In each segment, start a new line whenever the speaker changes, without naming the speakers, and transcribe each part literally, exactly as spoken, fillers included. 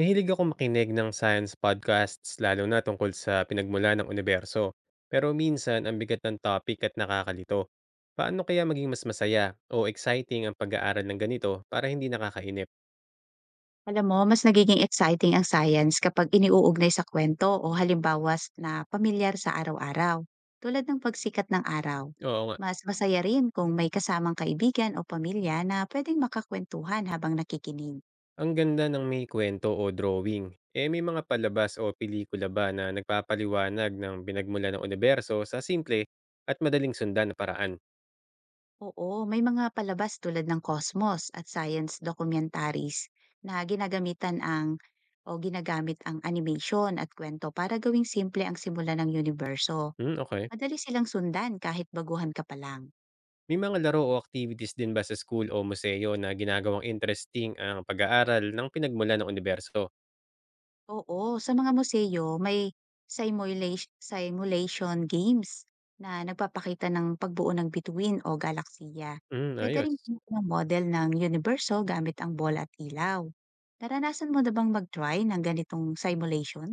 Mahilig akong makinig ng science podcasts lalo na tungkol sa pinagmulan ng universo. Pero minsan ang bigat ng topic at nakakalito. Paano kaya maging mas masaya o exciting ang pag-aaral ng ganito para hindi nakakainip?
Alam mo, mas nagiging exciting ang science kapag iniuugnay sa kwento o halimbawa s- na pamilyar sa araw-araw, tulad ng pagsikat ng araw.
Oo nga,
Mas masaya rin kung may kasamang kaibigan o pamilya na pwedeng makakwentuhan habang nakikinig.
ang ganda ng may kwento o drawing. Eh may mga palabas o pelikula ba na nagpapaliwanag ng pinagmula ng universo sa simple at madaling sundan na paraan?
Oo, may mga palabas tulad ng Cosmos at science documentaries na ginagamitan ang o ginagamit ang animation at kwento para gawing simple ang simula ng universo.
Hmm, okay.
Madali silang sundan kahit baguhan ka pa lang.
May mga laro o activities din ba sa school o museo na ginagawang interesting ang pag-aaral ng pinagmulan ng universo?
Oo, sa mga museo may simulation simulation games na nagpapakita ng pagbuo ng bituin o galaksiya.
Hmm,
Pwede rin
ayos.
ng model ng universo gamit ang bola at ilaw. Naranasan mo na bang mag-try ng ganitong simulation?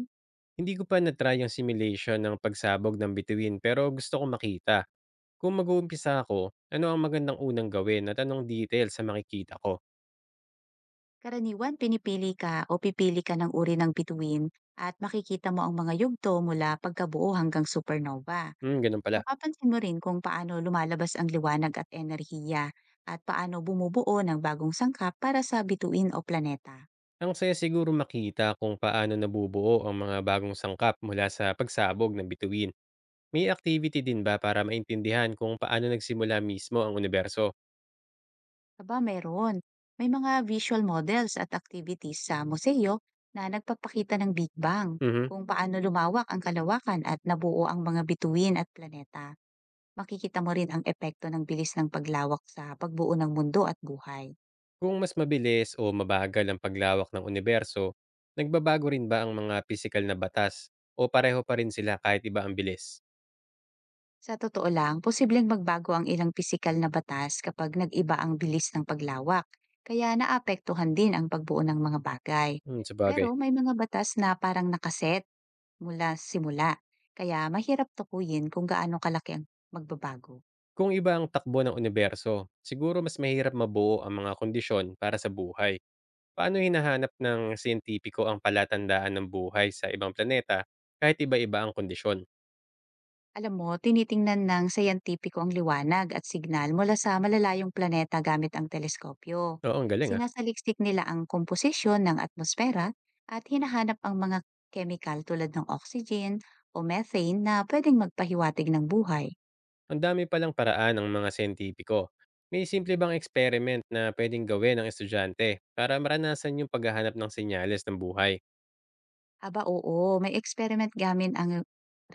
Hindi ko pa na-try yung simulation ng pagsabog ng bituin pero gusto ko makita. Kung mag-uumpisa ako, ano ang magandang unang gawin at anong details sa makikita ko?
Karaniwan, pinipili ka o pipili ka ng uri ng bituin at makikita mo ang mga yugto mula pagkabuo hanggang supernova.
Hmm, ganun pala.
Mapapansin mo rin kung paano lumalabas ang liwanag at enerhiya, at paano bumubuo ng bagong sangkap para sa bituin o planeta.
Ang saya siguro makita kung paano nabubuo ang mga bagong sangkap mula sa pagsabog ng bituin. May activity din ba para maintindihan kung paano nagsimula mismo ang universo?
Aba, meron. May mga visual models at activities sa museo na nagpapakita ng Big Bang,
Mhm.
kung paano lumawak ang kalawakan at nabuo ang mga bituin at planeta. Makikita mo rin ang epekto ng bilis ng paglawak sa pagbuo ng mundo at buhay.
Kung mas mabilis o mabagal ang paglawak ng universo, nagbabago rin ba ang mga pisikal na batas o pareho pa rin sila kahit iba ang bilis?
Sa totoo lang, posibleng magbago ang ilang pisikal na batas kapag nag-iba ang bilis ng paglawak, kaya naapektuhan din ang pagbuo ng mga bagay.
Hmm, sabagay.
Pero may mga batas na parang nakaset mula simula, kaya mahirap tukuyin kung gaano kalaki ang magbabago.
Kung iba ang takbo ng universo, siguro mas mahirap mabuo ang mga kondisyon para sa buhay. Paano hinahanap ng siyentipiko ang palatandaan ng buhay sa ibang planeta kahit iba-iba ang kondisyon?
Alam mo, tinitingnan ng sayantipiko ang liwanag at signal mula sa malalayong planeta gamit ang teleskopyo.
Oo, ang galing ah.
Sinasaliksik nila ang komposisyon ng atmosfera at hinahanap ang mga chemical tulad ng oxygen o methane na pwedeng magpahiwatig ng buhay.
Ang dami palang paraan ng mga siyentipiko. May simple bang experiment na pwedeng gawin ng estudyante para maranasan yung paghahanap ng senyales ng buhay?
Aba oo, may experiment gamit ang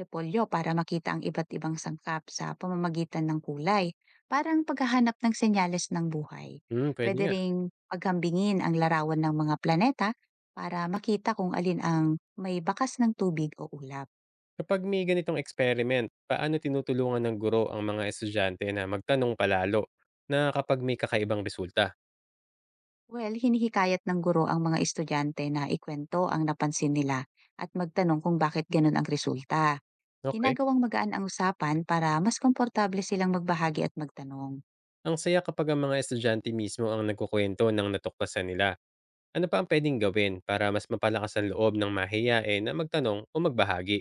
repolyo para makita ang iba't ibang sangkap sa pamamagitan ng kulay, parang paghahanap ng senyales ng buhay.
Hmm, pwede
Pwede
nga.
ring paghambingin ang larawan ng mga planeta para makita kung alin ang may bakas ng tubig o ulap.
Kapag may ganitong experiment, paano tinutulungan ng guro ang mga estudyante na magtanong palalo na kapag may kakaibang resulta?
Well, hinihikayat ng guro ang mga estudyante na ikwento ang napansin nila at magtanong kung bakit ganun ang resulta.
Okay.
Ginagawang magaan ang usapan para mas komportable silang magbahagi at magtanong.
Ang saya kapag ang mga estudyante mismo ang nagkukwento ng natuklasan nila. Ano pa ang pwedeng gawin para mas mapalakas ang loob ng mahiyain na magtanong o magbahagi?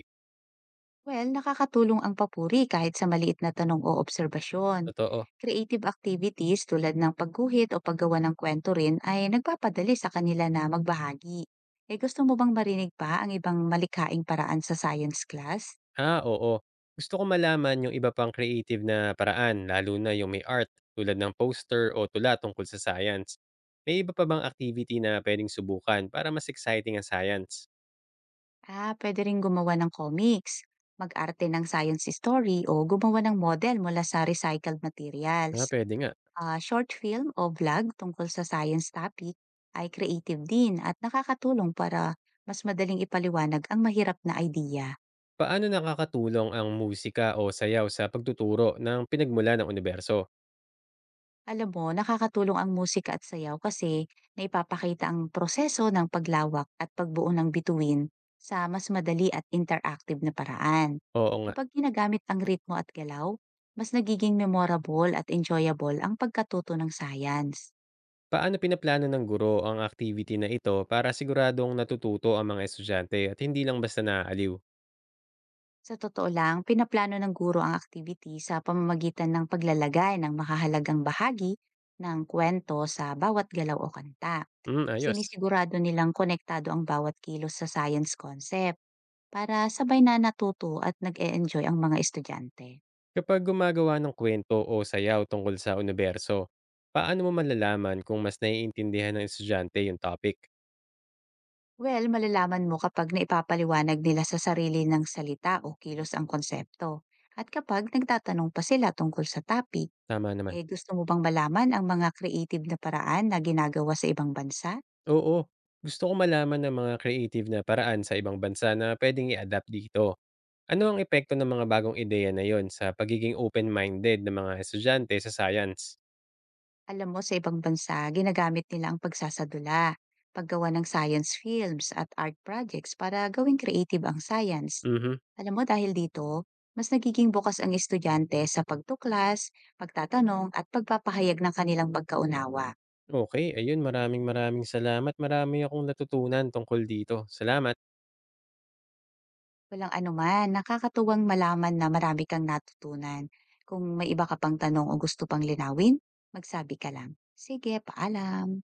Well, nakakatulong ang papuri kahit sa maliit na tanong o obserbasyon.
Totoo.
Creative activities tulad ng pagguhit o paggawa ng kwento rin ay nagpapadali sa kanila na magbahagi. Eh gusto mo bang marinig pa ang ibang malikhaing paraan sa science class?
Ah, oo. Gusto ko malaman yung iba pang creative na paraan, lalo na yung may art, tulad ng poster o tula tungkol sa science. May iba pa bang activity na pwedeng subukan para mas exciting ang science?
Ah, pwede rin gumawa ng comics, mag-arte ng science story o gumawa ng model mula sa recycled materials.
Ah, pwede nga.
Ah, short film o vlog tungkol sa science topic ay creative din at nakakatulong para mas madaling ipaliwanag ang mahirap na idea.
Paano nakakatulong ang musika o sayaw sa pagtuturo ng pinagmula ng universo?
Alam mo, nakakatulong ang musika at sayaw kasi naipapakita ang proseso ng paglawak at pagbuo ng bituin sa mas madali at interactive na paraan.
Oo nga.
Kapag ginagamit ang ritmo at galaw, mas nagiging memorable at enjoyable ang pagkatuto ng science.
Paano pinaplano ng guro ang activity na ito para siguradong natututo ang mga estudyante at hindi lang basta naaaliw?
Sa totoo lang, pinaplano ng guro ang activity sa pamamagitan ng paglalagay ng makahalagang bahagi ng kwento sa bawat galaw o kanta.
Hmm, ayos.
Sinisigurado nilang konektado ang bawat kilos sa science concept para sabay na natuto at nag-e-enjoy ang mga estudyante.
Kapag gumagawa ng kwento o sayaw tungkol sa universo, paano mo malalaman kung mas naiintindihan ng estudyante yung topic?
Well, malalaman mo kapag naipapaliwanag nila sa sarili ng salita o kilos ang konsepto. At kapag nagtatanong pa sila tungkol sa topic,
Tama naman.
eh gusto mo bang malaman ang mga creative na paraan na ginagawa sa ibang bansa?
Oo, gusto ko malaman ng mga creative na paraan sa ibang bansa na pwedeng i-adapt dito. Ano ang epekto ng mga bagong ideya na yon sa pagiging open-minded ng mga estudyante sa science?
Alam mo, sa ibang bansa, ginagamit nila ang pagsasadula, paggawa ng science films at art projects para gawing creative ang science.
Mhm.
Alam mo, dahil dito, mas nagiging bukas ang estudyante sa pagtuklas, pagtatanong at pagpapahayag ng kanilang pagkaunawa.
Okay, ayun, maraming maraming salamat. Marami akong natutunan tungkol dito. Salamat.
Walang anuman, nakakatuwang malaman na marami kang natutunan. Kung may iba ka pang tanong o gusto pang linawin, magsabi ka lang. Sige, paalam.